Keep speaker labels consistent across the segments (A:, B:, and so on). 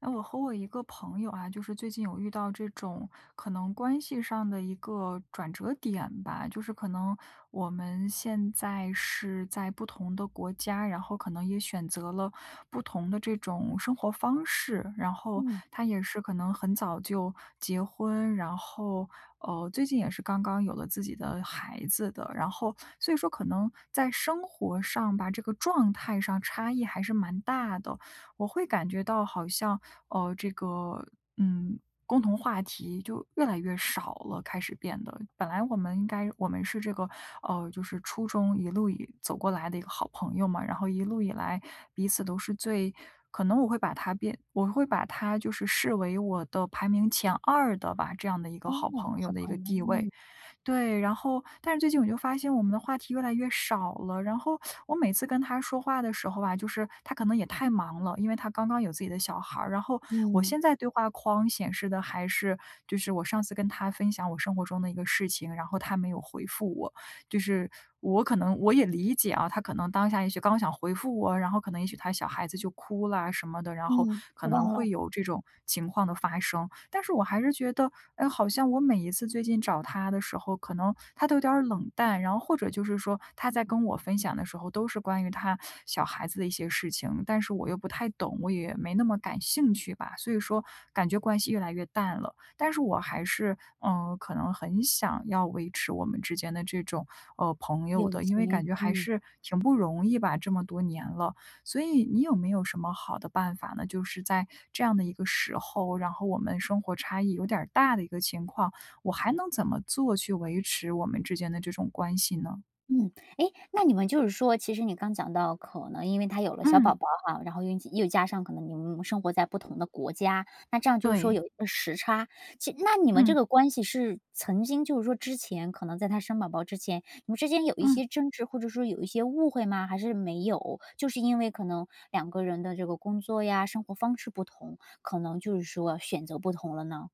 A: 哎，我和我一个朋友啊，就是最近有遇到这种可能关系上的一个转折点吧。就是可能我们现在是在不同的国家，然后可能也选择了不同的这种生活方式。然后
B: 嗯，
A: 他也是可能很早就结婚，然后最近也是刚刚有了自己的孩子的。然后所以说可能在生活上吧，这个状态上差异还是蛮大的。我会感觉到好像，呃，这个，嗯，共同话题就越来越少了，开始变得。本来我们是就是初中一路以走过来的一个好朋友嘛。然后一路以来彼此都是最可能我会把他就是视为我的排名前二的吧，这样的一个
B: 哦，
A: 好朋友
B: 好
A: 的一个
B: 朋友，
A: 地位。
B: 嗯，
A: 对。然后但是最近我就发现我们的话题越来越少了。然后我每次跟他说话的时候吧，就是他可能也太忙了，因为他刚刚有自己的小孩儿。然后我
B: 嗯，
A: 现在对话框显示的还是就是我上次跟他分享我生活中的一个事情，然后他没有回复我。就是我可能我也理解啊，他可能当下也许刚想回复我，然后可能也许他小孩子就哭啦什么的，然后
B: 嗯，
A: 可
B: 就
A: 能
B: 忘了，
A: 会有这种情况的发生。但是我还是觉得，哎，好像我每一次最近找他的时候，可能他都有点儿冷淡，然后或者就是说他在跟我分享的时候，都是关于他小孩子的一些事情，但是我又不太懂，我也没那么感兴趣吧，所以说感觉关系越来越淡了。但是我还是，可能很想要维持我们之间的这种朋友
B: 友
A: 的，因为感
B: 情，
A: 觉还
B: 嗯，
A: 是挺不容易吧，这么多年了。所以你有没有什么好的办法呢？就是在这样的一个时候，然后我们生活差异有点儿大的一个情况，我还能怎么做去维持我们之间的这种关系呢？
B: 嗯。哎，那你们就是说，其实你刚讲到可能因为他有了小
A: 嗯，
B: 宝宝哈，然后又加上可能你们生活在不同的国家，那这样就是说
A: 对，
B: 有一个时差。其那你们这
A: 嗯
B: 个关系是曾经就是说之前可能在他生宝宝之前，你们之间有一
A: 嗯。
B: 些争执，或者说有一些误会吗？还是没有？就是因为可能两个人的这个工作呀、生活方式不同，可能就是说选择不同了呢？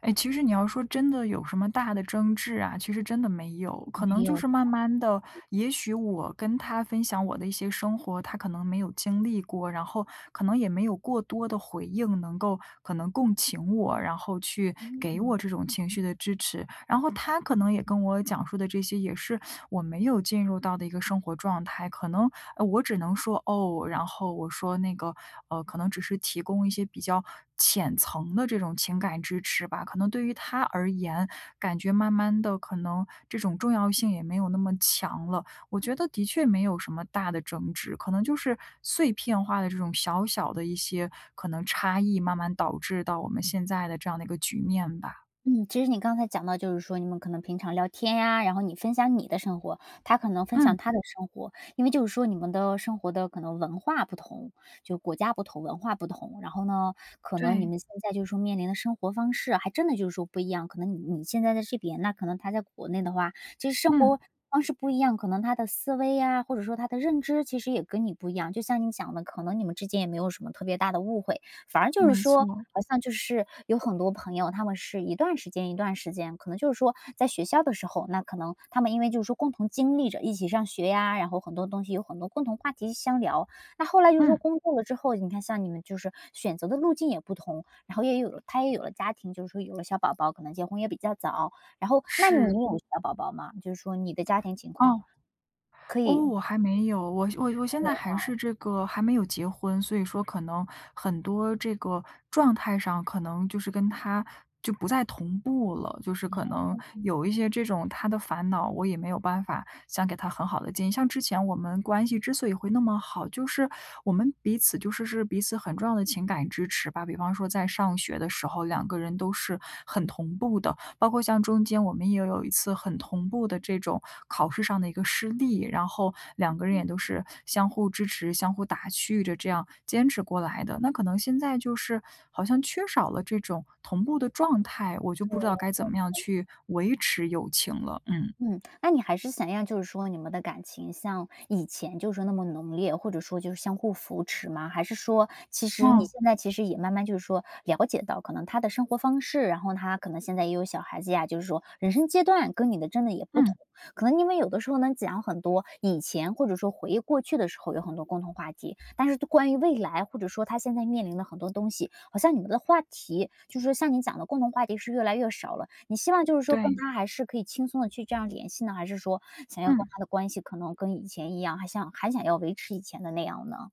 A: 哎，其实你要说真的有什么大的争执啊，其实真的没有，可能
B: 没
A: 就
B: 有，
A: 是慢慢的，也许我跟他分享我的一些生活，他可能没有经历过。然后可能也没有过多的回应，能够可能共情我，然后去给我
B: 嗯，
A: 这种情绪的支持。然后他可能也跟我讲述的这些，也是我没有进入到的一个生活状态。可能我只能说哦，然后我说可能只是提供一些比较浅层的这种情感支持吧，可能对于他而言，感觉慢慢的可能这种重要性也没有那么强了。我觉得的确没有什么大的争执，可能就是碎片化的这种小小的一些可能差异，慢慢导致到我们现在的这样的一个局面吧。
B: 嗯，其实你刚才讲到就是说你们可能平常聊天呀，然后你分享你的生活，他可能分享
A: 嗯，
B: 他的生活，因为就是说你们的生活的可能文化不同，就国家不同，文化不同，然后呢，可能你
A: 对，
B: 们现在就是说面临的生活方式还真的就是说不一样，可能你现在在这边，那可能他在国内的话，其实生
A: 嗯，
B: 活方式不一样，可能他的思维呀，或者说他的认知，其实也跟你不一样。就像你讲的，可能你们之间也没有什么特别大的误会，反而就是
A: 没
B: 说
A: 错，
B: 好像就是有很多朋友，他们是一段时间一段时间，可能就是说在学校的时候，那可能他们因为就是说共同经历着一起上学呀，然后很多东西有很多共同话题相聊。那后来就是
A: 嗯，
B: 说工作了之后，你看像你们就是选择的路径也不同，然后也有了他也有了家庭，就是说有了小宝宝，可能结婚也比较早。然后那你
A: 是，
B: 有小宝宝吗？就是说你的家庭情况
A: 哦。
B: 可
A: 哦，
B: 以
A: 我还没有，我现
B: 跟
A: 在
B: 我
A: 还
B: 哈。
A: 是这个还没有结婚。所以说可能很多这个状态上可能就是跟他就不再同步了。就是可能有一些这种他的烦恼，我也没有办法想给他很好的建议。像之前我们关系之所以会那么好，就是我们彼此就是是彼此很重要的情感支持吧。比方说在上学的时候，两个人都是很同步的，包括像中间我们也有一次很同步的这种考试上的一个失利，然后两个人也都是相互支持、相互打趣着这样坚持过来的。那可能现在就是好像缺少了这种同步的状态，我就不知道该怎么
B: 嗯
A: 样去维持友情了。嗯，
B: 嗯，那你还是想要就是说你们的感情像以前就是说那么浓烈，或者说就是相互扶持吗？还是说其实你
A: 哦，
B: 现在其实也慢慢就是说了解到可能他的生活方式，然后他可能现在也有小孩子呀，就是说人生阶段跟你的真的也不
A: 嗯，
B: 同，可能你们有的时候能讲很多以前或者说回忆过去的时候有很多共同话题，但是关于未来或者说他现在面临的很多东西，好像你们的话题，就是像你讲的共同话题是越来越少了。你希望就是说跟
A: 对，
B: 他还是可以轻松的去这样联系呢，还是说想要跟
A: 嗯。
B: 他的关系可能跟以前一样，还想要维持以前的那样呢？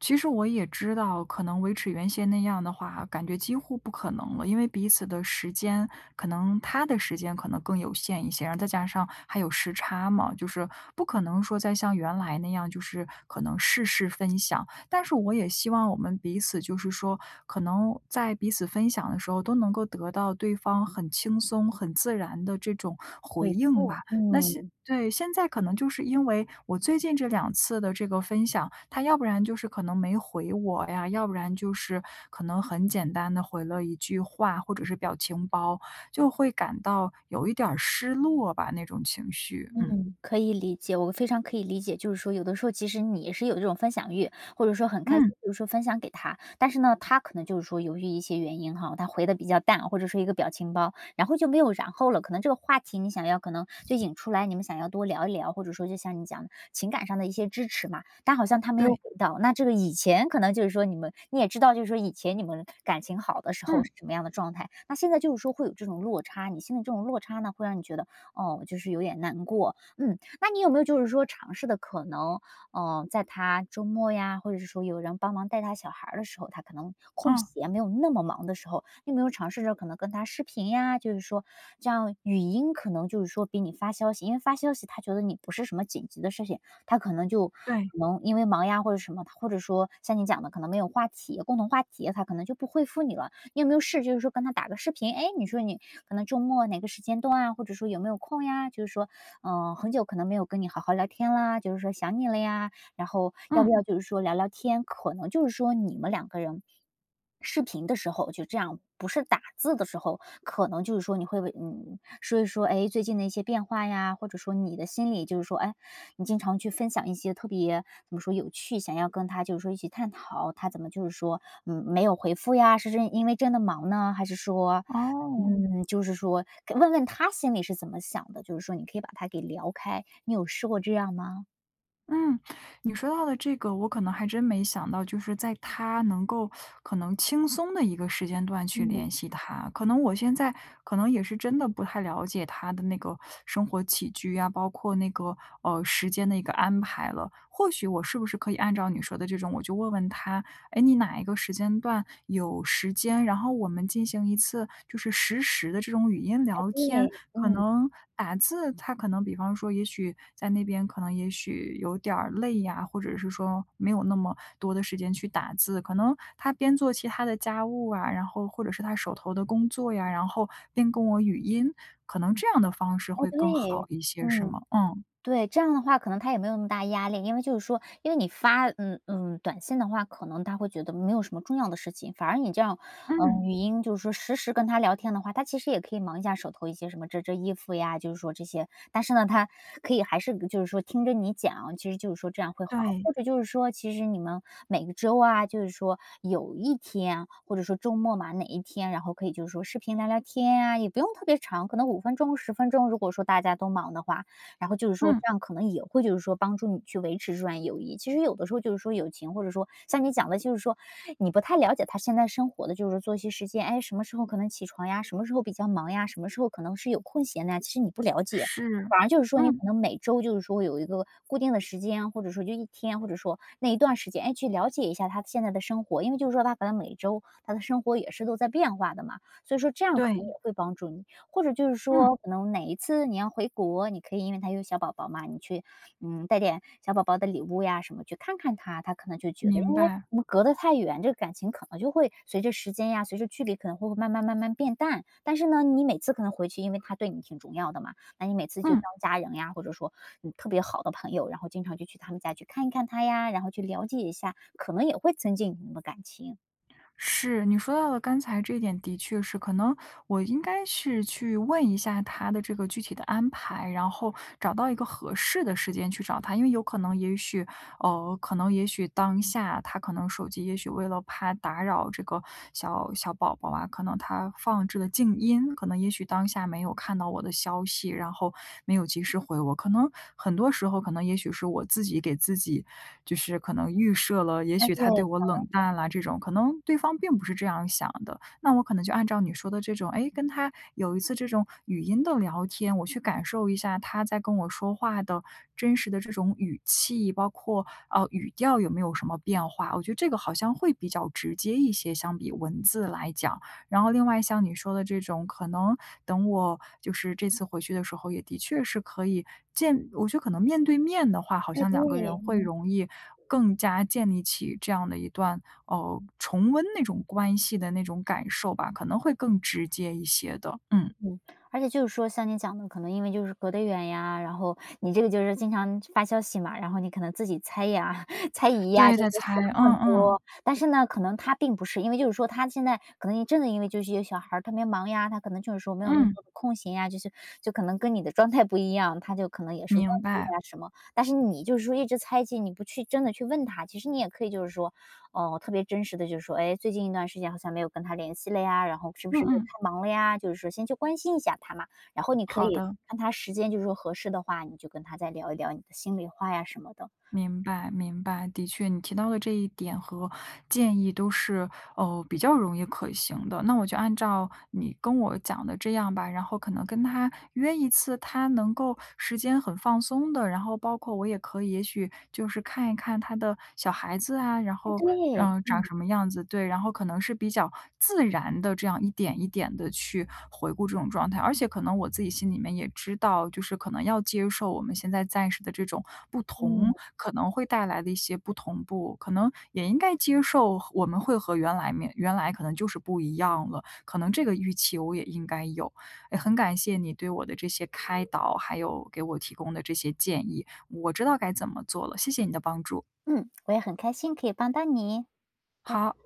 A: 其实我也知道，可能维持原先那样的话，感觉几乎不可能了，因为彼此的时间，可能他的时间可能更有限一些，然后再加上还有时差嘛，就是不可能说再像原来那样，就是可能事事分享。但是我也希望我们彼此，就是说，可能在彼此分享的时候，都能够得到对方很轻松、很自然的这种回
B: 恢
A: 应
B: 复，
A: 吧。
B: 嗯。
A: 对，现在可能就是因为我最近这两次的这个分享，他要不然就是可能没回我呀，要不然就是可能很简单的回了一句话，或者是表情包，就会感到有一点儿失落吧，那种情绪。嗯。
B: 嗯，可以理解，我非常可以理解。就是说，有的时候其实你也是有这种分享欲，或者说很开心，
A: 嗯，
B: 就是说分享给他，但是呢，他可能就是说由于一些原因哈，他回的比较淡，或者说一个表情包，然后就没有然后了。可能这个话题你想要，可能就引出来，你们想要多聊一聊，或者说就像你讲的情感上的一些支持嘛，但好像他没有
A: 对，
B: 给到。那这个以前可能就是说你们你也知道，就是说以前你们感情好的时候
A: 嗯，
B: 是什么样的状态，那现在就是说会有这种落差，你现在这种落差呢，会让你觉得哦，就是有点难过。嗯，那你有没有就是说尝试的可能，在他周末呀，或者是说有人帮忙带他小孩儿的时候，他可能空
A: 嗯，
B: 闲没有那么忙的时候，你有没有尝试着可能跟他视频呀？就是说这样语音可能就是说比你发消息，因为发消息他觉得你不是什么紧急的事情，他可能就可
A: 对，
B: 能因为忙呀或者什么，或者说像你讲的可能没有话题，共同话题，他可能就不回复你了。你有没有试就是说跟他打个视频？哎，你说你可能周末哪个时间段啊，或者说有没有空呀？就是说，很久可能没有跟你好好聊天啦，就是说想你了呀。然后要
A: 嗯，
B: 不要就是说聊聊天？可能就是说你们两个人视频的时候就这样，不是打字的时候，可能就是说你会为说一说，哎，最近的一些变化呀，或者说你的心里就是说，哎，你经常去分享一些特别怎么说有趣，想要跟他就是说一起探讨，他怎么就是说，没有回复呀？是真因为真的忙呢，还是说，
A: 哦。
B: 嗯，就是说问问他心里是怎么想的？就是说你可以把他给聊开，你有试过这样吗？
A: 嗯，你说到的这个，我可能还真没想到，就是在他能够可能轻松的一个时间段去
B: 嗯，
A: 联系他。可能我现在可能也是真的不太了解他的那个生活起居啊，包括那个时间的一个安排了。或许我是不是可以按照你说的这种，我就问问他，哎，你哪一个时间段有时间，然后我们进行一次就是实时的这种语音聊天。
B: 对，
A: 可
B: 嗯，
A: 能打字，他可能比方说，也许在那边可能也许有点儿累呀，或者是说没有那么多的时间去打字，可能他边做其他的家务啊，然后或者是他手头的工作呀，然后边跟我语音，可能这样的方式
B: 哎，
A: 会更好
B: 对，
A: 一些，是
B: 嗯。
A: 吗？嗯，
B: 对，这样的话可能他也没有那么大压力，因为就是说，因为你发短信的话，可能他会觉得没有什么重要的事情，反而你这样，
A: 嗯，
B: 嗯，语音就是说实时跟他聊天的话，他其实也可以忙一下手头一些什么折折衣服呀，就是说这些，但是呢，他可以还是就是说听着你讲，其实就是说这样会好，
A: 对，
B: 或者就是说，其实你们每个周啊，就是说有一天或者说周末嘛哪一天，然后可以就是说视频聊聊天啊，也不用特别长，可能五分钟十分钟，如果说大家都忙的话，然后就是说这
A: 嗯，
B: 样可能也会就是说帮助你去维持这段友谊。其实有的时候就是说友情，或者说像你讲的，就是说你不太了解他现在生活的就是作息时间，哎，什么时候可能起床呀，什么时候比较忙呀，什么时候可能是有空闲的呀，其实你不了解。
A: 是，
B: 反而就是说，你可
A: 嗯，
B: 能每周就是说有一个固定的时间，或者说就一天，或者说那一段时间，哎，去了解一下他现在的生活，因为就是说他可能每周他的生活也是都在变化的嘛，所以说这样可能也
A: 对，
B: 会帮助你。或者就是
A: 嗯，
B: 说，可能哪一次你要回国，你可以因为他有小宝宝嘛，你去，嗯，带点小宝宝的礼物呀什么去看看他，他可能就觉得，
A: 明
B: 因为
A: 白，
B: 我们隔得太远，这个感情可能就会随着时间呀，随着距离可能会慢慢慢慢变淡。但是呢，你每次可能回去，因为他对你挺重要的嘛，那你每次就当
A: 嗯。
B: 家人呀，或者说你特别好的朋友，然后经常就去他们家去看一看他呀，然后去了解一下，可能也会增进你们的感情。
A: 是，你说到了刚才这一点的确是，可能我应该是去问一下他的这个具体的安排，然后找到一个合适的时间去找他。因为有可能，也许，可能也许当下他可能手机，也许为了怕打扰这个小小宝宝啊，可能他放置了静音，可能也许当下没有看到我的消息，然后没有及时回我。可能很多时候，可能也许是我自己给自己，就是可能预设了，也
B: 哎，
A: 许
B: 对，
A: 他对我冷淡啦这种，可能对方并不是这样想的。那我可能就按照你说的这种，哎，跟他有一次这种语音的聊天，我去感受一下他在跟我说话的真实的这种语气，包括，语调有没有什么变化。我觉得这个好像会比较直接一些，相比文字来讲。然后另外像你说的这种，可能等我就是这次回去的时候，也的确是可以我觉得可能面对面的话，好
B: 哎，
A: 像两个人会
B: 对。
A: 容易更加建立起这样的一段哦，重温那种关系的那种感受吧，可能会更直接一些的。嗯，
B: 嗯，而且就是说像你讲的，可能因为就是隔得远呀，然后你这个就是经常发消息嘛，然后你可能自己猜呀、猜疑呀，
A: 对，
B: 就
A: 在
B: 是
A: 猜，
B: 想
A: 嗯
B: 很
A: 嗯，
B: 多。但是呢，可能他并不是，因为就是说他现在可能真的因为就是有小孩儿特别忙呀，他可能就是说没有那么
A: 嗯，
B: 多的空闲呀，就可能跟你的状态不一样，他就可能也是忘
A: 明
B: 记了
A: 白，
B: 呀什么。但是你就是说一直猜忌，你不去真的去问他，其实你也可以就是说哦，特别真实的就是说，哎，最近一段时间好像没有跟他联系了呀，然后是不
A: 嗯
B: 是太
A: 嗯，
B: 忙了呀？就是说先去关心一下他嘛，然后你可
A: 好
B: 以
A: 的。
B: 看他时间，就是说合适的话，你就跟他再聊一聊你的心里话呀什么的。
A: 明白，明白，的确，你提到的这一点和建议都是比较容易可行的。那我就按照你跟我讲的这样吧，然后可能跟他约一次，他能够时间很放松的，然后包括我也可以，也许就是看一看他的小孩子啊，然
B: 哎，
A: 后
B: 对，
A: 长什么样子。对。然后可能是比较自然的这样一点一点的去回顾这种状态。而且可能我自己心里面也知道，就是可能要接受我们现在暂时的这种不
B: 嗯
A: 同，可能会带来的一些不同步。可能也应该接受我们会和原来可能就是不一样了，可能这个预期我也应该有。哎，很感谢你对我的这些开导，还有给我提供的这些建议，我知道该怎么做了，谢谢你的帮助。
B: 嗯，我也很开心可以帮到你，拜拜。
A: 好。